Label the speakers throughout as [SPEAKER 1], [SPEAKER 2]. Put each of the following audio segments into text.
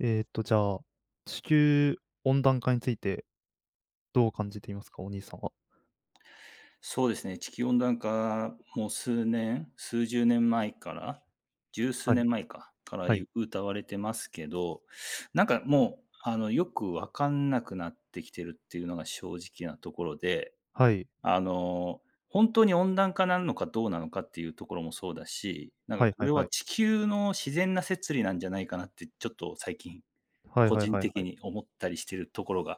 [SPEAKER 1] じゃあ、地球温暖化についてどう感じていますか？お兄さんは。
[SPEAKER 2] そうですね、地球温暖化、もう数年、数十年前から、十数
[SPEAKER 1] はい、
[SPEAKER 2] 年前か、から
[SPEAKER 1] は
[SPEAKER 2] 言
[SPEAKER 1] い、
[SPEAKER 2] う謳われてますけど、なんかもう、よくわかんなくなってきてるっていうのが正直なところで、
[SPEAKER 1] はい、
[SPEAKER 2] あの、本当に温暖化なのかどうなのかっていうところもそうだし、なんか
[SPEAKER 1] はい
[SPEAKER 2] こ
[SPEAKER 1] はい
[SPEAKER 2] れは
[SPEAKER 1] はい。
[SPEAKER 2] 地球の自然な摂理なんじゃないかなって、ちょっと最近、
[SPEAKER 1] はい
[SPEAKER 2] 個
[SPEAKER 1] はい
[SPEAKER 2] 人
[SPEAKER 1] はいは
[SPEAKER 2] 的
[SPEAKER 1] い。
[SPEAKER 2] に思ったりしてるところが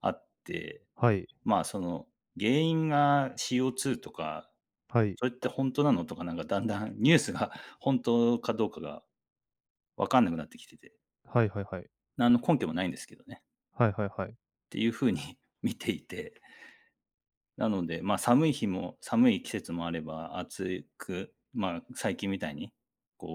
[SPEAKER 2] あって。
[SPEAKER 1] はい、
[SPEAKER 2] まあ、その、原因が CO2 とか、
[SPEAKER 1] はい、
[SPEAKER 2] それって本当なのとか、なんかだんだん ニュースが 本当かどうかが分かんなくなってきてて、
[SPEAKER 1] はいはいはい。
[SPEAKER 2] 何の根拠もないんですけどね、
[SPEAKER 1] はいはいはい。
[SPEAKER 2] っていう風に 見ていて、なので、ま、寒い日も寒い季節もあれば、暑く、まあ、最近みたいに、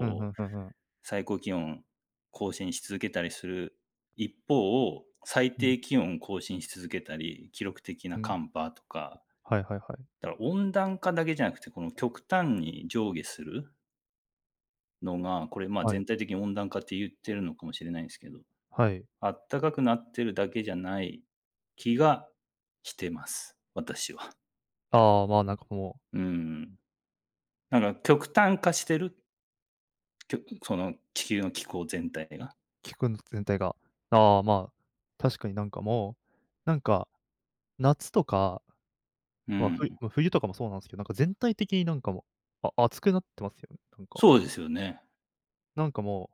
[SPEAKER 1] うん、ふん
[SPEAKER 2] う、
[SPEAKER 1] ふんふん。
[SPEAKER 2] 最高気温更新し続けたりする一方を、最
[SPEAKER 1] うん、
[SPEAKER 2] 低気温更新し続けたり、記録的な
[SPEAKER 1] うん。
[SPEAKER 2] 寒波とか、
[SPEAKER 1] はいはいはい。
[SPEAKER 2] だから温暖化だけじゃなくて、この極端に上下するのが、これ、まあ、
[SPEAKER 1] はい、
[SPEAKER 2] 全体的に温暖化って言ってるのかもしれないんですけど、
[SPEAKER 1] はい。
[SPEAKER 2] あったかくなってるだけじゃない気がしてます、私は。
[SPEAKER 1] ああ、まあ、なんかも
[SPEAKER 2] うん。なんか極端化してる、きょその地球の気候全体が。
[SPEAKER 1] う、聞くん全体が。ああ、まあ、確かになんかもう、なんか、夏とか、
[SPEAKER 2] う
[SPEAKER 1] まあ、ふ
[SPEAKER 2] ん。
[SPEAKER 1] ま、冬とかもそうなんですけど、なんか全体的になんかもう、あ暑くなってますよね、なんか。
[SPEAKER 2] そうですよね。
[SPEAKER 1] なんかも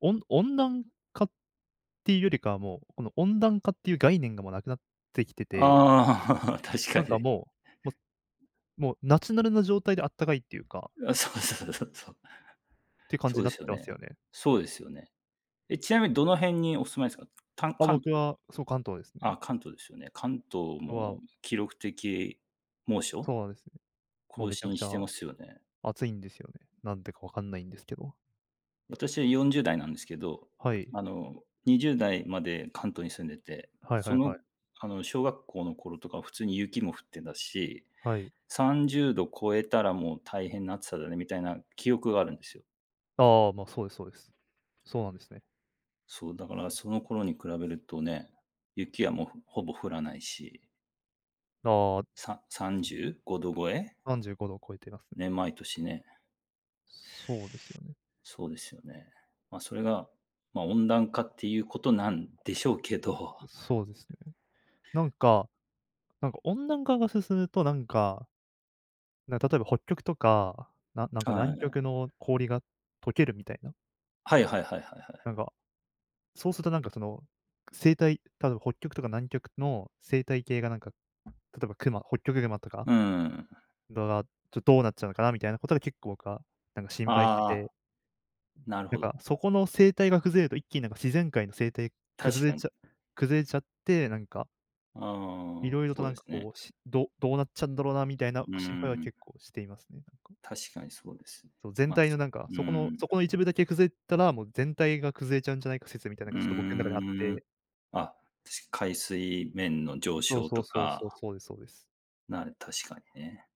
[SPEAKER 1] うおん温暖化っていうよりかは、もう、この温暖化っていう概念がもうなくなってきてて、
[SPEAKER 2] ああ、確か
[SPEAKER 1] なんか
[SPEAKER 2] に。
[SPEAKER 1] もう、ももうナチュラルな状態であったかいっていうか、
[SPEAKER 2] あ、そうそうそうそう。
[SPEAKER 1] っていう感
[SPEAKER 2] そ
[SPEAKER 1] じ
[SPEAKER 2] う
[SPEAKER 1] に
[SPEAKER 2] で
[SPEAKER 1] なっ
[SPEAKER 2] すよ
[SPEAKER 1] てます
[SPEAKER 2] ね。
[SPEAKER 1] よね。
[SPEAKER 2] そうですよね。え、ちなみにどの辺にお住まいですか？
[SPEAKER 1] あ、
[SPEAKER 2] 関
[SPEAKER 1] 僕
[SPEAKER 2] 東で、
[SPEAKER 1] は、そう、関東です
[SPEAKER 2] あ、
[SPEAKER 1] ね。
[SPEAKER 2] 関東ですよね。関東
[SPEAKER 1] は、
[SPEAKER 2] も記録的猛暑、
[SPEAKER 1] そうなんですね。もう
[SPEAKER 2] 更
[SPEAKER 1] めちゃく
[SPEAKER 2] 新
[SPEAKER 1] ち
[SPEAKER 2] して
[SPEAKER 1] ゃ
[SPEAKER 2] ますよね。
[SPEAKER 1] 暑いんですよね。なんでかわかんないんですけど。
[SPEAKER 2] 私40代なんですけど、
[SPEAKER 1] はい。
[SPEAKER 2] あの、20代まで関東に住んでて、
[SPEAKER 1] はい
[SPEAKER 2] そ
[SPEAKER 1] はい
[SPEAKER 2] の、
[SPEAKER 1] はい。
[SPEAKER 2] 小学校の頃とか普通に雪も降ってたし、
[SPEAKER 1] はい。
[SPEAKER 2] 30度超えたらもう大変な暑さだねみたいな記憶があるんですよ。
[SPEAKER 1] ああ、ま、そうですそうです。そうなんですね。
[SPEAKER 2] そう、だからその頃に比べるとね、雪はもうほぼ降らないし、
[SPEAKER 1] ああ、
[SPEAKER 2] 35度超え
[SPEAKER 1] 35度を超えていますね。
[SPEAKER 2] ね、毎年ね。
[SPEAKER 1] そうですよね。
[SPEAKER 2] そうですよね。まあ、それが、まあ、温暖化っていうことなんでしょうけど、
[SPEAKER 1] そうですね。なんかなんか温暖化が進むと、なんか、例えば北極とか、なな んか
[SPEAKER 2] は
[SPEAKER 1] 南
[SPEAKER 2] い。
[SPEAKER 1] 極の氷が溶けるみたいな、
[SPEAKER 2] はいはいはいはいは
[SPEAKER 1] な
[SPEAKER 2] い。
[SPEAKER 1] んか、そうするとなんかその、例えば北極とか南極の生態系がなんか、例えばホッキョクグマとか
[SPEAKER 2] うん。
[SPEAKER 1] が、どうなっちゃうのかなみたいなことが結構僕はなんか心
[SPEAKER 2] あ
[SPEAKER 1] 配して
[SPEAKER 2] あ、
[SPEAKER 1] て、
[SPEAKER 2] なるほ
[SPEAKER 1] なん
[SPEAKER 2] ど。
[SPEAKER 1] かそこの生態が崩れると一気になんか自然界の生態
[SPEAKER 2] 確
[SPEAKER 1] 崩れ
[SPEAKER 2] かに。
[SPEAKER 1] ちゃ崩れちゃって、なんか、
[SPEAKER 2] あ
[SPEAKER 1] 色
[SPEAKER 2] あ、
[SPEAKER 1] 々と
[SPEAKER 2] そう
[SPEAKER 1] な
[SPEAKER 2] で
[SPEAKER 1] ん
[SPEAKER 2] す
[SPEAKER 1] か
[SPEAKER 2] ね。
[SPEAKER 1] こう、どうなっちゃうんだろうなみたいな
[SPEAKER 2] うー
[SPEAKER 1] 心配は
[SPEAKER 2] ん、
[SPEAKER 1] 結構していますね、なんか。
[SPEAKER 2] 確かにそうですね。
[SPEAKER 1] そう、全
[SPEAKER 2] まあ、
[SPEAKER 1] 体のなんか、
[SPEAKER 2] うん、
[SPEAKER 1] そこの一部だけ崩れたら、もう全体が崩れちゃうんじゃないか説みたいなの
[SPEAKER 2] うー
[SPEAKER 1] がちょっと僕の中であっ
[SPEAKER 2] ん。
[SPEAKER 1] て。
[SPEAKER 2] あ、確か海水面の上
[SPEAKER 1] そう
[SPEAKER 2] 昇
[SPEAKER 1] そ
[SPEAKER 2] と
[SPEAKER 1] うそうそう、
[SPEAKER 2] か、
[SPEAKER 1] そうですそうです。
[SPEAKER 2] 確かにね。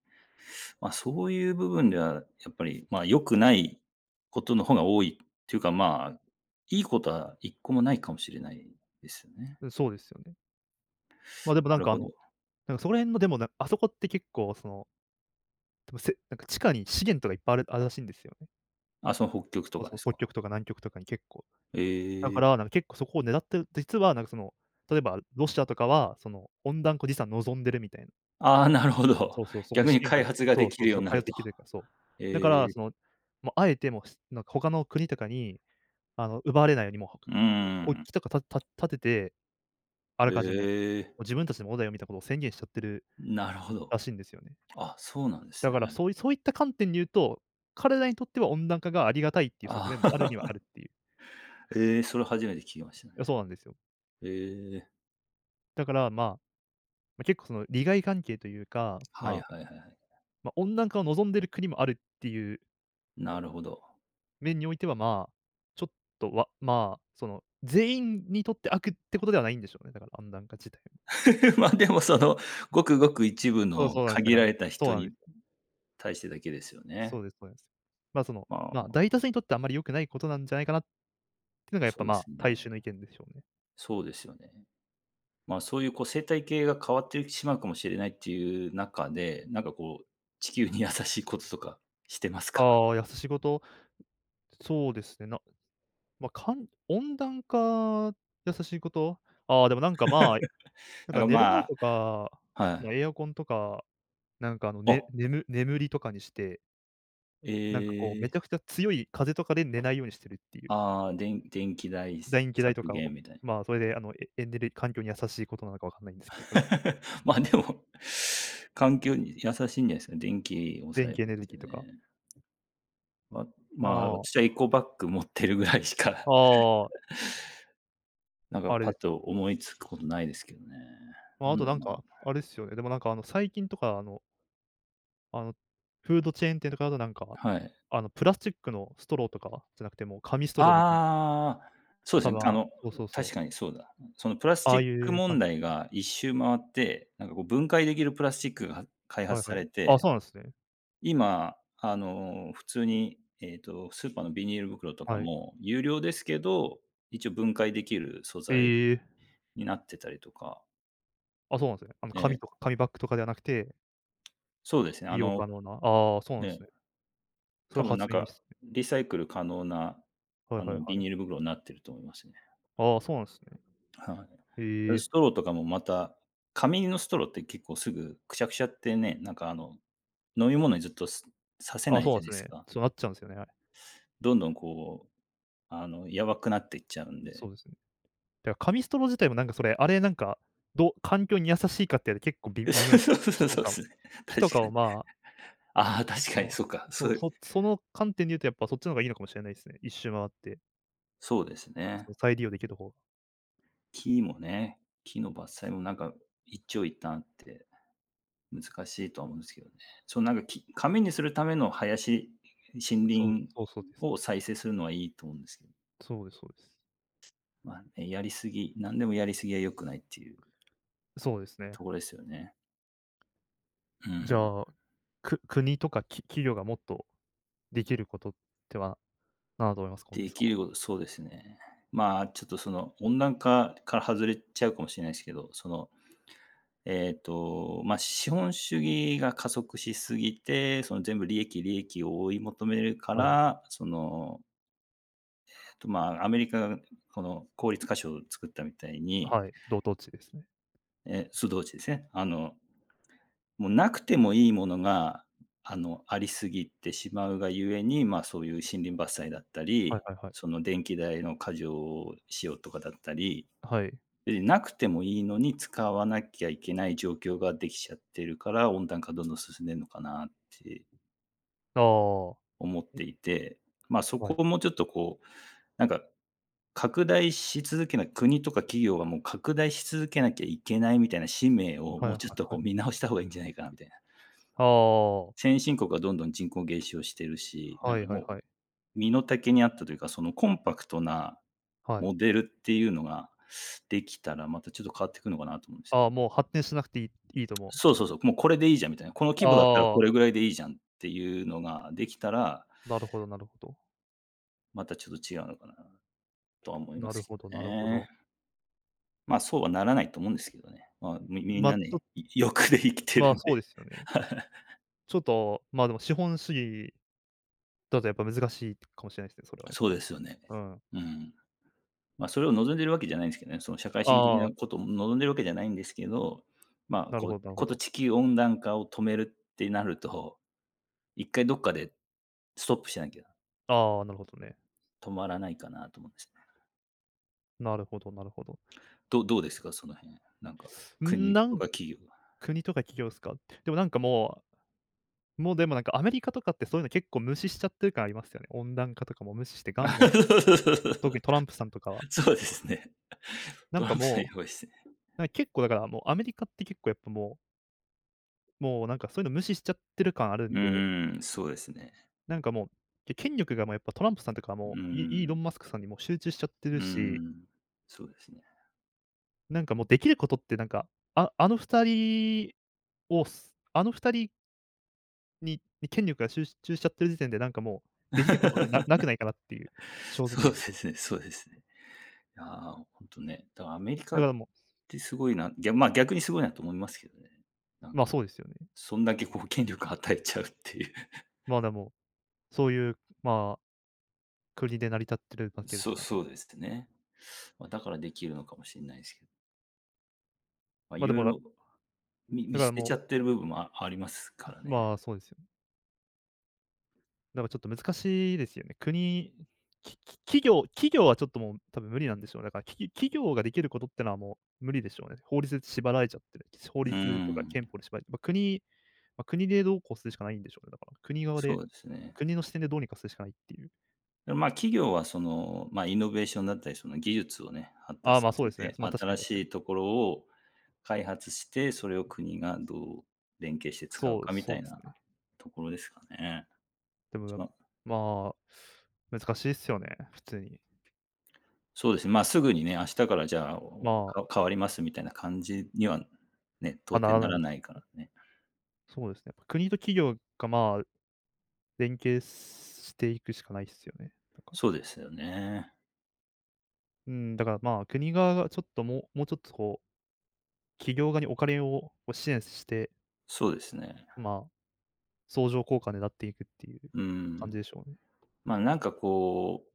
[SPEAKER 2] まあ、そういう部分ではやっぱり、まあ、良くないことの方が多いっていうか、まあ、いいことは1個もないかもしれないですよね。
[SPEAKER 1] うん、そうですよね。ま、でも
[SPEAKER 2] な
[SPEAKER 1] なん
[SPEAKER 2] る
[SPEAKER 1] かあ
[SPEAKER 2] ほ
[SPEAKER 1] の、
[SPEAKER 2] ど。
[SPEAKER 1] なんかそこら辺のでもなあそこって結構その、でもせなんか地下に資源とかいっぱいあるらしいんですよね。
[SPEAKER 2] あ、その北極
[SPEAKER 1] そ
[SPEAKER 2] と
[SPEAKER 1] う
[SPEAKER 2] か
[SPEAKER 1] そ
[SPEAKER 2] で
[SPEAKER 1] う、
[SPEAKER 2] す
[SPEAKER 1] 北
[SPEAKER 2] か？
[SPEAKER 1] 極とか南極とかに結構。
[SPEAKER 2] え
[SPEAKER 1] だか
[SPEAKER 2] え。
[SPEAKER 1] ら、なんか結構そこを狙ってる実はなんかその、例えばロシアとかは、その温暖化を実は望んでるみたいな。
[SPEAKER 2] ああ、なるほど。
[SPEAKER 1] そうそう、そこに
[SPEAKER 2] 逆
[SPEAKER 1] 資
[SPEAKER 2] に
[SPEAKER 1] 源があ
[SPEAKER 2] 開
[SPEAKER 1] る、
[SPEAKER 2] 発が
[SPEAKER 1] そ
[SPEAKER 2] で
[SPEAKER 1] う
[SPEAKER 2] き
[SPEAKER 1] そう
[SPEAKER 2] るよう
[SPEAKER 1] そう、
[SPEAKER 2] にな
[SPEAKER 1] 頼
[SPEAKER 2] る
[SPEAKER 1] って
[SPEAKER 2] と。
[SPEAKER 1] 生きてるから、そう。だか
[SPEAKER 2] え
[SPEAKER 1] ら
[SPEAKER 2] え、
[SPEAKER 1] その、もうあえてなんか他の国とかにあの、奪われないようにもう、
[SPEAKER 2] うー
[SPEAKER 1] 国
[SPEAKER 2] ん。
[SPEAKER 1] 旗とか立てて、あら
[SPEAKER 2] え
[SPEAKER 1] かじめ、も
[SPEAKER 2] え、
[SPEAKER 1] う自分たちのものだよみたいなことを宣言しちゃってる
[SPEAKER 2] なるほ
[SPEAKER 1] ら
[SPEAKER 2] ど。
[SPEAKER 1] しいんですよね。
[SPEAKER 2] あ、そうなんです
[SPEAKER 1] だ
[SPEAKER 2] ね。
[SPEAKER 1] からそういそういった観点で言うと、彼らにとっては温暖化がありがたいっていう側面もあるには
[SPEAKER 2] あ、
[SPEAKER 1] あるっていう。
[SPEAKER 2] ええ、それ初めて聞きましたね。
[SPEAKER 1] いや、そうなんですよ。
[SPEAKER 2] ええ、
[SPEAKER 1] だから、まあ、ま、結構その利害関係というか、
[SPEAKER 2] はい
[SPEAKER 1] まあ、
[SPEAKER 2] はいはいはい。
[SPEAKER 1] ま、温暖化を望んでる国もあるっていう
[SPEAKER 2] なるほど。
[SPEAKER 1] 面においては、まあ、ちょっとは、まあ、その全員にとって悪ってことではないんでしょうね、だから温暖化自体も。
[SPEAKER 2] まあ、でもその、ごくごく一部
[SPEAKER 1] そう
[SPEAKER 2] の
[SPEAKER 1] そうなんです。だ
[SPEAKER 2] 限
[SPEAKER 1] から
[SPEAKER 2] られた
[SPEAKER 1] そ
[SPEAKER 2] 人
[SPEAKER 1] うなんで
[SPEAKER 2] に
[SPEAKER 1] す。
[SPEAKER 2] 対してだけですよ
[SPEAKER 1] そ
[SPEAKER 2] ね。
[SPEAKER 1] うですそうです。まあ、その、
[SPEAKER 2] ま
[SPEAKER 1] まあ、大
[SPEAKER 2] あ、
[SPEAKER 1] 多数にとってあんまり良くないことなんじゃないかなっていうのがやっ
[SPEAKER 2] そ
[SPEAKER 1] ぱ、
[SPEAKER 2] うで
[SPEAKER 1] まあ、
[SPEAKER 2] す
[SPEAKER 1] 大
[SPEAKER 2] ね。
[SPEAKER 1] 衆の意見でしょうね。
[SPEAKER 2] そうですよね。まあ、そういうこう生態系が変わってしまうかもしれないっていう中で、なんかこう、地球に優しいこととかしてますか？
[SPEAKER 1] ああ、優しいこと、そうですね、まあ、温暖化、優しいこと、ああ、でもなんか、まあ、なん
[SPEAKER 2] なん
[SPEAKER 1] か
[SPEAKER 2] か
[SPEAKER 1] 寝る
[SPEAKER 2] ま
[SPEAKER 1] 前
[SPEAKER 2] あ
[SPEAKER 1] とか、
[SPEAKER 2] は
[SPEAKER 1] まあ、
[SPEAKER 2] い。
[SPEAKER 1] エアコンとか、なんか、あの、
[SPEAKER 2] あ、
[SPEAKER 1] 眠りとかにして、
[SPEAKER 2] え
[SPEAKER 1] なんか、こう、め
[SPEAKER 2] え、
[SPEAKER 1] ちゃくちゃ強い風とかで寝ないようにしてるっていう。
[SPEAKER 2] ああー、電気代
[SPEAKER 1] 電気代と
[SPEAKER 2] 削
[SPEAKER 1] か
[SPEAKER 2] 減
[SPEAKER 1] を、
[SPEAKER 2] みたいな。
[SPEAKER 1] まあ、それで、あの、エエネル環境に優しいことなのかわかんないんですけど、これ。
[SPEAKER 2] まあ、でも、環境に優しいんじゃないですか、電気抑
[SPEAKER 1] 電
[SPEAKER 2] える
[SPEAKER 1] 気エ
[SPEAKER 2] っ
[SPEAKER 1] ネル
[SPEAKER 2] てい
[SPEAKER 1] ギー
[SPEAKER 2] う
[SPEAKER 1] とか。
[SPEAKER 2] ね。ままあ、
[SPEAKER 1] ああ、
[SPEAKER 2] 私はエコバッグ持ってるぐらいしか、
[SPEAKER 1] ああ、
[SPEAKER 2] なんか
[SPEAKER 1] あれ
[SPEAKER 2] パ
[SPEAKER 1] で
[SPEAKER 2] ッ
[SPEAKER 1] す
[SPEAKER 2] と
[SPEAKER 1] か。
[SPEAKER 2] 思いつくことないですけどね。
[SPEAKER 1] まあ、
[SPEAKER 2] な
[SPEAKER 1] あ
[SPEAKER 2] ん
[SPEAKER 1] と
[SPEAKER 2] だろ
[SPEAKER 1] な
[SPEAKER 2] う
[SPEAKER 1] ん
[SPEAKER 2] な。
[SPEAKER 1] か、あれですよね、でもなんかあの、最近とかあのあの、フードチェーン店とかだとなんか、
[SPEAKER 2] はい。
[SPEAKER 1] あの、プラスチックのストローとかじゃなくて、もう紙ストローみたいな、
[SPEAKER 2] ああ、そうで
[SPEAKER 1] 多
[SPEAKER 2] すね。
[SPEAKER 1] 分そうそう
[SPEAKER 2] 確
[SPEAKER 1] そ
[SPEAKER 2] か
[SPEAKER 1] う、
[SPEAKER 2] にそうだ。そのプラス
[SPEAKER 1] あ
[SPEAKER 2] チッ
[SPEAKER 1] あい
[SPEAKER 2] ク
[SPEAKER 1] う
[SPEAKER 2] 問
[SPEAKER 1] 感じ。
[SPEAKER 2] 題が一周回って、なんかこう分解できるプラスチックが開
[SPEAKER 1] はい
[SPEAKER 2] 発さ
[SPEAKER 1] はい。
[SPEAKER 2] れ
[SPEAKER 1] あ、
[SPEAKER 2] て、
[SPEAKER 1] そうなんですね。
[SPEAKER 2] 今、普通に、スーパーのビニール袋とか
[SPEAKER 1] はい。
[SPEAKER 2] も有料ですけど、一応分解できる素材
[SPEAKER 1] ええ。
[SPEAKER 2] になってたりとか、
[SPEAKER 1] あ、そうなんですね。あの、
[SPEAKER 2] え
[SPEAKER 1] 紙
[SPEAKER 2] え、
[SPEAKER 1] とか紙バッグとかではなくて、
[SPEAKER 2] そうですね。あ
[SPEAKER 1] 利用
[SPEAKER 2] の
[SPEAKER 1] 可能な、ああ、そうなん
[SPEAKER 2] え
[SPEAKER 1] です
[SPEAKER 2] え。
[SPEAKER 1] ね。そ
[SPEAKER 2] 多
[SPEAKER 1] れ
[SPEAKER 2] 分
[SPEAKER 1] 初
[SPEAKER 2] なん
[SPEAKER 1] 耳で
[SPEAKER 2] か、
[SPEAKER 1] すね。
[SPEAKER 2] リサイクル可能な、
[SPEAKER 1] はいはい
[SPEAKER 2] ビ
[SPEAKER 1] は
[SPEAKER 2] ニール
[SPEAKER 1] い。
[SPEAKER 2] 袋になってると思いますね。
[SPEAKER 1] ああ、そうなんですね。
[SPEAKER 2] は
[SPEAKER 1] え
[SPEAKER 2] い。
[SPEAKER 1] え。
[SPEAKER 2] ストローとかもまた、紙のストローって結構すぐくしゃくしゃってね、なんかあの、飲み物にずっとさせ
[SPEAKER 1] あ、
[SPEAKER 2] な
[SPEAKER 1] そ
[SPEAKER 2] い
[SPEAKER 1] うな
[SPEAKER 2] じ
[SPEAKER 1] ん
[SPEAKER 2] ゃ
[SPEAKER 1] で
[SPEAKER 2] ない
[SPEAKER 1] す
[SPEAKER 2] です
[SPEAKER 1] ね。
[SPEAKER 2] か。
[SPEAKER 1] そうなっちゃうんですよね、はい。
[SPEAKER 2] どんどんこう、やばくなっていっちゃうん
[SPEAKER 1] そ
[SPEAKER 2] で。
[SPEAKER 1] うですね。だから紙ストロー自体もなんかそれ、あれなんか、どう環境に優しいかって結構微妙
[SPEAKER 2] そう
[SPEAKER 1] な、
[SPEAKER 2] そ
[SPEAKER 1] 木
[SPEAKER 2] う
[SPEAKER 1] と
[SPEAKER 2] そうで
[SPEAKER 1] か
[SPEAKER 2] すね。
[SPEAKER 1] 木と
[SPEAKER 2] 確
[SPEAKER 1] か
[SPEAKER 2] か
[SPEAKER 1] を
[SPEAKER 2] に。
[SPEAKER 1] まあ、
[SPEAKER 2] ああ、確かに
[SPEAKER 1] そう、
[SPEAKER 2] そうか。そう、
[SPEAKER 1] その観点で言うとやっぱそっちの方がいいのかもしれないですね。一周回って、
[SPEAKER 2] そうですね。
[SPEAKER 1] その再利用できる方が。
[SPEAKER 2] 木もね、木の伐採もなんか一長一短あって難しいとは思うんですけどね。そう、なんか、紙にするための森
[SPEAKER 1] そう、
[SPEAKER 2] 林
[SPEAKER 1] そうそうです。
[SPEAKER 2] を再生するのはいいと思うんですけど、
[SPEAKER 1] そうですそうです。
[SPEAKER 2] まあね、やりすぎ何でもやりすぎは良くないっていう
[SPEAKER 1] そうですね。
[SPEAKER 2] ところですよね。う
[SPEAKER 1] じ
[SPEAKER 2] ん。
[SPEAKER 1] ゃあ、国とか企業がもっとできることっては何だと思いますか？お兄
[SPEAKER 2] で
[SPEAKER 1] さん
[SPEAKER 2] きる
[SPEAKER 1] は。
[SPEAKER 2] ことそうですね。まあ、ちょっとその、温暖化から外れちゃうかもしれないですけど、その、まあ、資本主義が加速しすぎて、その全部利益、利益を追い求めるか
[SPEAKER 1] はい。
[SPEAKER 2] ら、その、まあ、アメリカがこの公立箇所を作ったみたいに、
[SPEAKER 1] はい、同等値ですね。
[SPEAKER 2] え、素通知ですね。もうなくてもいいものが、ありすぎてしまうがゆえに、ま、そういう森林伐採だった
[SPEAKER 1] はい
[SPEAKER 2] り、
[SPEAKER 1] はいは
[SPEAKER 2] そ
[SPEAKER 1] い。
[SPEAKER 2] の電気代の過剰をしようとかだったり、
[SPEAKER 1] はい。
[SPEAKER 2] 別になくてもいいのに使わなきゃいけない状況ができちゃってるから、温暖化どんどん進んでるのかなって
[SPEAKER 1] ああ、は
[SPEAKER 2] 思っていて、ま、そ
[SPEAKER 1] い。
[SPEAKER 2] こをもうちょっとこう、なんか拡大し続けな国とか企業はもう拡大し続けなきゃいけないみたいな使命を
[SPEAKER 1] はい
[SPEAKER 2] もう
[SPEAKER 1] はい
[SPEAKER 2] ちょっと
[SPEAKER 1] は
[SPEAKER 2] こう見
[SPEAKER 1] い。
[SPEAKER 2] 直した方がいいんじゃないかなみたいな。
[SPEAKER 1] ああ、は
[SPEAKER 2] 先進国はどんどん人口減少してるし、
[SPEAKER 1] い
[SPEAKER 2] なん
[SPEAKER 1] は
[SPEAKER 2] か
[SPEAKER 1] い
[SPEAKER 2] もう
[SPEAKER 1] はい。
[SPEAKER 2] 身の丈に合ったというか、そのコンパクトな
[SPEAKER 1] はい。
[SPEAKER 2] モデルっていうのができたら、またちょっと変わってくのかなと思うんですよ
[SPEAKER 1] ああ、
[SPEAKER 2] ね。
[SPEAKER 1] もう発展しなくていいと思う。
[SPEAKER 2] そうそうそう、もうこれでいいじゃんみたいな、この規
[SPEAKER 1] あ
[SPEAKER 2] 模だったらこ
[SPEAKER 1] あ、
[SPEAKER 2] れぐらいでいいじゃんっていうのができたら、
[SPEAKER 1] なるほどなるほど。
[SPEAKER 2] またちょっと違うのかなとは思いま
[SPEAKER 1] な
[SPEAKER 2] す
[SPEAKER 1] る
[SPEAKER 2] け
[SPEAKER 1] ほど
[SPEAKER 2] ど
[SPEAKER 1] なるほ
[SPEAKER 2] ね。
[SPEAKER 1] ど。
[SPEAKER 2] まあ、そうはならないと思うんですけどね。まあ、みみん
[SPEAKER 1] ま、
[SPEAKER 2] な
[SPEAKER 1] ちょ
[SPEAKER 2] ね、欲で生きて
[SPEAKER 1] ま
[SPEAKER 2] る
[SPEAKER 1] あ、
[SPEAKER 2] ん
[SPEAKER 1] そう
[SPEAKER 2] で。
[SPEAKER 1] ですよね。ちょっと、まあ、でも資本主義だとやっぱ難しいかもしれないですね、それはや
[SPEAKER 2] そう
[SPEAKER 1] っ
[SPEAKER 2] ですよね。
[SPEAKER 1] ぱ。うん。
[SPEAKER 2] うん。まあ、それを望んでるわけじゃないんですけどね、その社会主義的
[SPEAKER 1] あ
[SPEAKER 2] な
[SPEAKER 1] あ、
[SPEAKER 2] ことを望んでるわけじゃないんですけど、まあ、
[SPEAKER 1] なる
[SPEAKER 2] こう、
[SPEAKER 1] ほどなるほ
[SPEAKER 2] こと
[SPEAKER 1] ど。
[SPEAKER 2] 地球温暖化を止めるってなると、1回どっかでストップしなきゃ
[SPEAKER 1] ああ、なるほどね。
[SPEAKER 2] 止まらないかなと思うんですね。
[SPEAKER 1] なるほどなるほど。
[SPEAKER 2] どうですか？その辺。なんか、
[SPEAKER 1] うーん、
[SPEAKER 2] 国
[SPEAKER 1] な
[SPEAKER 2] と
[SPEAKER 1] ん
[SPEAKER 2] か企業が。
[SPEAKER 1] 国とか企業すか。でもなんかもうもうでもなんかアメリカとかってそういうの結構無視しちゃってる感ありますよね。温暖化とかも無視して ガ
[SPEAKER 2] そ
[SPEAKER 1] ンガン、
[SPEAKER 2] うそうそうそうそ
[SPEAKER 1] 特に
[SPEAKER 2] う。
[SPEAKER 1] トランプさんとかは。
[SPEAKER 2] そうですね。
[SPEAKER 1] な
[SPEAKER 2] ト
[SPEAKER 1] ん
[SPEAKER 2] ラ
[SPEAKER 1] か
[SPEAKER 2] ンプさんや
[SPEAKER 1] も
[SPEAKER 2] ばいですね。
[SPEAKER 1] う、結構だからもうアメリカって結構やっぱもう、もうなんかそういうの無視しちゃってる感ある
[SPEAKER 2] う
[SPEAKER 1] んで、
[SPEAKER 2] ーん、そうですね。
[SPEAKER 1] なんかもう、権力がもうやっぱトランプさんとか
[SPEAKER 2] うー
[SPEAKER 1] もう、イー
[SPEAKER 2] ん、
[SPEAKER 1] ロン・マスクさんにもう集中しちゃって
[SPEAKER 2] う
[SPEAKER 1] る
[SPEAKER 2] ー
[SPEAKER 1] し、
[SPEAKER 2] ん、そうですね。
[SPEAKER 1] なんかもうできることってなんか、ああの二人をすあの二人に権力が集中しちゃってる時点でなんかもう、できることってなく ないかなっていう、正
[SPEAKER 2] そう
[SPEAKER 1] 直。
[SPEAKER 2] ですねそうですね。いやー、ほんとね、だからアメリカ
[SPEAKER 1] だか
[SPEAKER 2] っ
[SPEAKER 1] らも
[SPEAKER 2] てすごいな、ぎゃま、逆にすごいなと思いますけどね。なん
[SPEAKER 1] う、まあ、
[SPEAKER 2] か、
[SPEAKER 1] そうですよね。
[SPEAKER 2] そんだけこう権力与えちゃうっていう。
[SPEAKER 1] まあ、でも、そういう、まあ、国で成り立ってるわけで
[SPEAKER 2] そ
[SPEAKER 1] す
[SPEAKER 2] う
[SPEAKER 1] から。
[SPEAKER 2] そうですね。まあ、だからできるのかもしれないですけど、まあ、い
[SPEAKER 1] まあ、で
[SPEAKER 2] ろい
[SPEAKER 1] も、だ
[SPEAKER 2] ろ見
[SPEAKER 1] か
[SPEAKER 2] 見捨
[SPEAKER 1] ら
[SPEAKER 2] てちゃ
[SPEAKER 1] も
[SPEAKER 2] ってる部分もああります
[SPEAKER 1] う、
[SPEAKER 2] からね。
[SPEAKER 1] まあ、そうですよだからちょっと難しいですよね。国、きき企業企業はちょっともう多分無理なんでしょうね。だから、企業ができることってのはもう無理でしょうね。法律で縛られちゃってる。法
[SPEAKER 2] う
[SPEAKER 1] 律とか
[SPEAKER 2] ん、
[SPEAKER 1] 憲法で縛られて、まあ、国でどうこうするしかないんでしょうね、だから。国側
[SPEAKER 2] そ
[SPEAKER 1] で、
[SPEAKER 2] うですね。
[SPEAKER 1] 国の視点でどうにかするしかないっていう。
[SPEAKER 2] で、まあ、企業はその、まあ、イノベーションだったり、その技術をね、発
[SPEAKER 1] あ
[SPEAKER 2] 達
[SPEAKER 1] あ、
[SPEAKER 2] さ
[SPEAKER 1] ま、そう
[SPEAKER 2] せ
[SPEAKER 1] ですね。
[SPEAKER 2] て、
[SPEAKER 1] ま、確か
[SPEAKER 2] 新
[SPEAKER 1] に確か
[SPEAKER 2] し
[SPEAKER 1] に。
[SPEAKER 2] いところを開発して、それを国がどう連携して使う
[SPEAKER 1] そう、
[SPEAKER 2] かみ
[SPEAKER 1] そ
[SPEAKER 2] た
[SPEAKER 1] う
[SPEAKER 2] い
[SPEAKER 1] です
[SPEAKER 2] な
[SPEAKER 1] ね。
[SPEAKER 2] ところですかね。
[SPEAKER 1] で
[SPEAKER 2] そ
[SPEAKER 1] も、
[SPEAKER 2] の
[SPEAKER 1] まあ、難しいっすよね、普通に。
[SPEAKER 2] そうですね、まあ、すぐにね、明日からじゃあ、
[SPEAKER 1] まあ、
[SPEAKER 2] 変わりますみたいな感じにはね、
[SPEAKER 1] まあ、
[SPEAKER 2] 到
[SPEAKER 1] な
[SPEAKER 2] 底
[SPEAKER 1] ら
[SPEAKER 2] な
[SPEAKER 1] な
[SPEAKER 2] ら
[SPEAKER 1] い
[SPEAKER 2] ないからね。
[SPEAKER 1] そうですね。やっぱ国と企業が、まあ、連携していくしかないっすよね、
[SPEAKER 2] そうですよね。
[SPEAKER 1] うん、だからまあ、国側がちょっともうちょっとこう、企業側にお金をこう支援して、
[SPEAKER 2] そうですね。
[SPEAKER 1] まあ、相乗効果でなっていくっていう
[SPEAKER 2] う
[SPEAKER 1] 感じ
[SPEAKER 2] ん。
[SPEAKER 1] でしょうね。
[SPEAKER 2] まあ、なんかこう、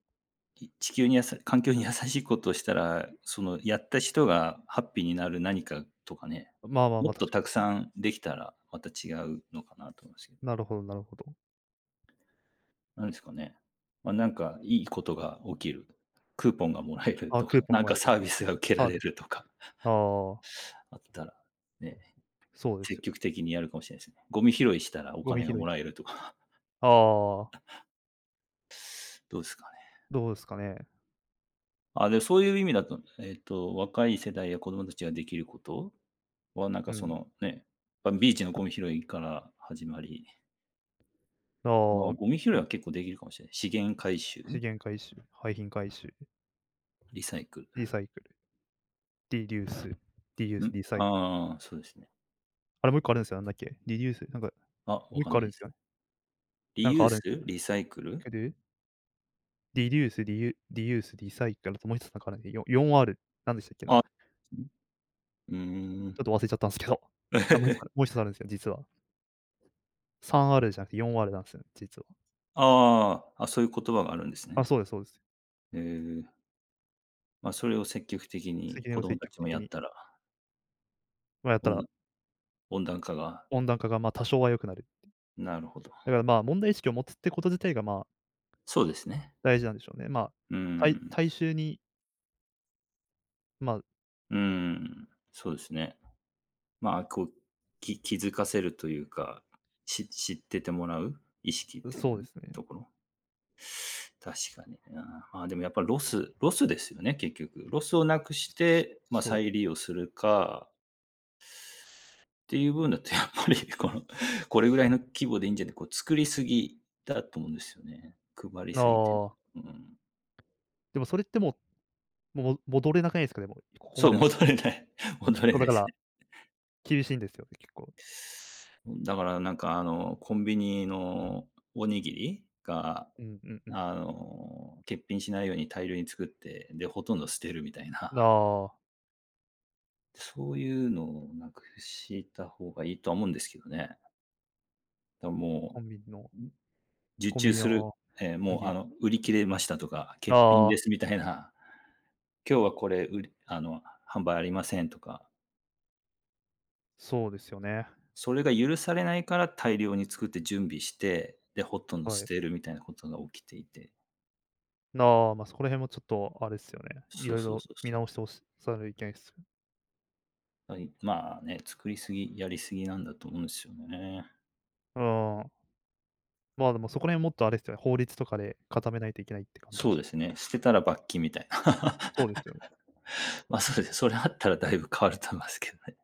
[SPEAKER 2] 地球に環境に優しいことをしたら、そのやった人がハッピーになる何かとかね、
[SPEAKER 1] まあまあ
[SPEAKER 2] も
[SPEAKER 1] まあ、
[SPEAKER 2] っ
[SPEAKER 1] 確
[SPEAKER 2] と
[SPEAKER 1] かに
[SPEAKER 2] たく
[SPEAKER 1] 確かに。
[SPEAKER 2] さんできたら、また違うのかなと思うんですけど、
[SPEAKER 1] なるほどなるほど。
[SPEAKER 2] なんですかね。ま、なんかいいことが起きる、クーポンがもらえる
[SPEAKER 1] あ、
[SPEAKER 2] と
[SPEAKER 1] クー
[SPEAKER 2] か、
[SPEAKER 1] ポンが
[SPEAKER 2] なん
[SPEAKER 1] もら
[SPEAKER 2] か
[SPEAKER 1] える
[SPEAKER 2] サー
[SPEAKER 1] と。
[SPEAKER 2] ビスが受けら
[SPEAKER 1] サー
[SPEAKER 2] れ
[SPEAKER 1] ビス。
[SPEAKER 2] るとか
[SPEAKER 1] ああ、
[SPEAKER 2] あったら、ね、
[SPEAKER 1] そうです
[SPEAKER 2] 積
[SPEAKER 1] よ。
[SPEAKER 2] 極的にやるかもしれないですね。ゴミ拾いしたらお
[SPEAKER 1] ゴミ
[SPEAKER 2] 金が
[SPEAKER 1] 拾い
[SPEAKER 2] も
[SPEAKER 1] し
[SPEAKER 2] らえるとか、
[SPEAKER 1] ああ、
[SPEAKER 2] どうですかね。
[SPEAKER 1] どうですかね。
[SPEAKER 2] あ、で、そういう意味だと、若い世代や子供たちができることは、なんか
[SPEAKER 1] う
[SPEAKER 2] そ
[SPEAKER 1] ん。
[SPEAKER 2] のね、ま、ビーチのゴミ拾いから始まり、まあ、
[SPEAKER 1] ああ、
[SPEAKER 2] ゴミ拾い
[SPEAKER 1] ひ
[SPEAKER 2] は結構できるかもしれない。資源回
[SPEAKER 1] 資
[SPEAKER 2] 収、
[SPEAKER 1] 源回収、廃品回収、
[SPEAKER 2] リサイク
[SPEAKER 1] リサイクル、リデュース、リユー
[SPEAKER 2] ル、
[SPEAKER 1] ス、
[SPEAKER 2] ん？
[SPEAKER 1] リサイクル。
[SPEAKER 2] ああー、そうですね。
[SPEAKER 1] あれもう一個あるんですよ、なんだっけ、リデュース、なんか、
[SPEAKER 2] あ、
[SPEAKER 1] も
[SPEAKER 2] わ
[SPEAKER 1] う一
[SPEAKER 2] かん
[SPEAKER 1] 個あ
[SPEAKER 2] な
[SPEAKER 1] る
[SPEAKER 2] い
[SPEAKER 1] ん
[SPEAKER 2] で
[SPEAKER 1] です
[SPEAKER 2] す。
[SPEAKER 1] よね。
[SPEAKER 2] リ
[SPEAKER 1] なん
[SPEAKER 2] ユ
[SPEAKER 1] か
[SPEAKER 2] ー
[SPEAKER 1] あるん
[SPEAKER 2] ス、
[SPEAKER 1] ですよね。
[SPEAKER 2] リサイクル？
[SPEAKER 1] けどリデュース、リユース、リサイクルともう一つなんかあるんで、4R、なんでしたっけ
[SPEAKER 2] あ、
[SPEAKER 1] な、
[SPEAKER 2] うん。ー
[SPEAKER 1] ちょ
[SPEAKER 2] ん。
[SPEAKER 1] っと忘れちゃったんですけど。あ、もう一つある もう一つあるんですよ、実は。3R じゃなくて 4R なんですよ、実は。
[SPEAKER 2] ああ、あ、そういう言葉があるんです
[SPEAKER 1] あ、
[SPEAKER 2] ね。
[SPEAKER 1] そうですそうです。
[SPEAKER 2] へえ。まあ、それを積極的に
[SPEAKER 1] 責任
[SPEAKER 2] 子
[SPEAKER 1] を
[SPEAKER 2] 供
[SPEAKER 1] 積
[SPEAKER 2] た
[SPEAKER 1] 極
[SPEAKER 2] ちも
[SPEAKER 1] 的
[SPEAKER 2] やっ
[SPEAKER 1] に、
[SPEAKER 2] たら、
[SPEAKER 1] ま、やっ
[SPEAKER 2] お
[SPEAKER 1] た
[SPEAKER 2] ん
[SPEAKER 1] ら、
[SPEAKER 2] 温暖化が、
[SPEAKER 1] 温暖化が、ま、多少は良くなる。
[SPEAKER 2] なるほど。
[SPEAKER 1] だからまあ、問題意識を持つってこと自体が、まあ、
[SPEAKER 2] そうですね。
[SPEAKER 1] 大事なんでしょうね。まあ、
[SPEAKER 2] うん。
[SPEAKER 1] 大衆に、ま
[SPEAKER 2] うん、そうですね。まあ、こう、気づかせるというか、知っててもらう意識っ
[SPEAKER 1] あ、
[SPEAKER 2] てい
[SPEAKER 1] そうで
[SPEAKER 2] う
[SPEAKER 1] すね。
[SPEAKER 2] ところ。確かにな。まあ、でもやっぱロスですよね、結局。ロスをなくして、ま、
[SPEAKER 1] そう、
[SPEAKER 2] 再利用するかっていう分だとやっぱり これぐらいの規模でいいんじゃない、こう作りすぎだと思うんですよね。配りすぎという
[SPEAKER 1] あ
[SPEAKER 2] か。
[SPEAKER 1] あ、
[SPEAKER 2] うん。
[SPEAKER 1] でもそれってもう、戻れなくないですか？でも、ここま
[SPEAKER 2] そう、
[SPEAKER 1] では。
[SPEAKER 2] 戻れない 戻
[SPEAKER 1] 結
[SPEAKER 2] れな
[SPEAKER 1] 構
[SPEAKER 2] い
[SPEAKER 1] だ
[SPEAKER 2] で
[SPEAKER 1] か
[SPEAKER 2] す
[SPEAKER 1] ら、
[SPEAKER 2] ね。
[SPEAKER 1] 厳しいんですよね、結構。
[SPEAKER 2] だからなんかあの、コンビニのおにぎりが、
[SPEAKER 1] うんうんうん。
[SPEAKER 2] あの、欠品しないように大量に作って、で、ほとんど捨てるみたいな、
[SPEAKER 1] ああ。
[SPEAKER 2] そういうのをなくした方がいいとは思うんですけどね。だからも
[SPEAKER 1] コンビニの
[SPEAKER 2] う、受
[SPEAKER 1] コンビ
[SPEAKER 2] 注
[SPEAKER 1] ニ
[SPEAKER 2] する、
[SPEAKER 1] の
[SPEAKER 2] え、もうあ
[SPEAKER 1] 麦
[SPEAKER 2] の、売り切れましたとか、欠品で
[SPEAKER 1] ああ、
[SPEAKER 2] すみたいな、今日はこれ、うりあの、販売ありませんとか、
[SPEAKER 1] そうですよね。
[SPEAKER 2] それが許されないから大量に作って準備して、で、ほとんど
[SPEAKER 1] は
[SPEAKER 2] 捨
[SPEAKER 1] い。
[SPEAKER 2] てるみたいなことが起きていて。
[SPEAKER 1] なあ、ま、そこら辺もちょっとあれっすよね。い
[SPEAKER 2] そう
[SPEAKER 1] ろい
[SPEAKER 2] そう
[SPEAKER 1] ろ
[SPEAKER 2] そう
[SPEAKER 1] 見
[SPEAKER 2] そう。
[SPEAKER 1] 直してほしさるいけないっす。
[SPEAKER 2] はい、まあね、作りすぎ、やりすぎなんだと思うんですよね。
[SPEAKER 1] うーん。まあ、でもそこら辺もっとあれっすよね、法律とかで固めないといけないって感じで
[SPEAKER 2] そう
[SPEAKER 1] し
[SPEAKER 2] で
[SPEAKER 1] ょ。
[SPEAKER 2] すね、捨てたら罰金みたいな。
[SPEAKER 1] そうですよね。
[SPEAKER 2] ま、そうですね、それあったらだいぶ変わると思いますけどね。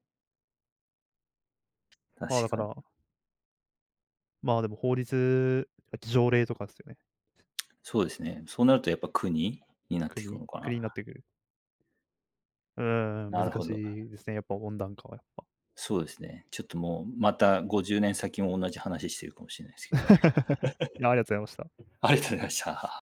[SPEAKER 1] まあ、だ
[SPEAKER 2] 確
[SPEAKER 1] か
[SPEAKER 2] かに。
[SPEAKER 1] ら、まあ、でも法律、条例とかっすよね。
[SPEAKER 2] そうですね、そうなるとやっぱ国になっていくのか
[SPEAKER 1] 国になっ
[SPEAKER 2] な。
[SPEAKER 1] てくる。うーん、
[SPEAKER 2] な
[SPEAKER 1] 難
[SPEAKER 2] るほ
[SPEAKER 1] し
[SPEAKER 2] ど。
[SPEAKER 1] いですね、やっぱ温暖化は。
[SPEAKER 2] そうですね。ちょっともう、また50年先も同じ話してるかもしれないです けどね。
[SPEAKER 1] いや、ありがとうございました。
[SPEAKER 2] ありがとうございました。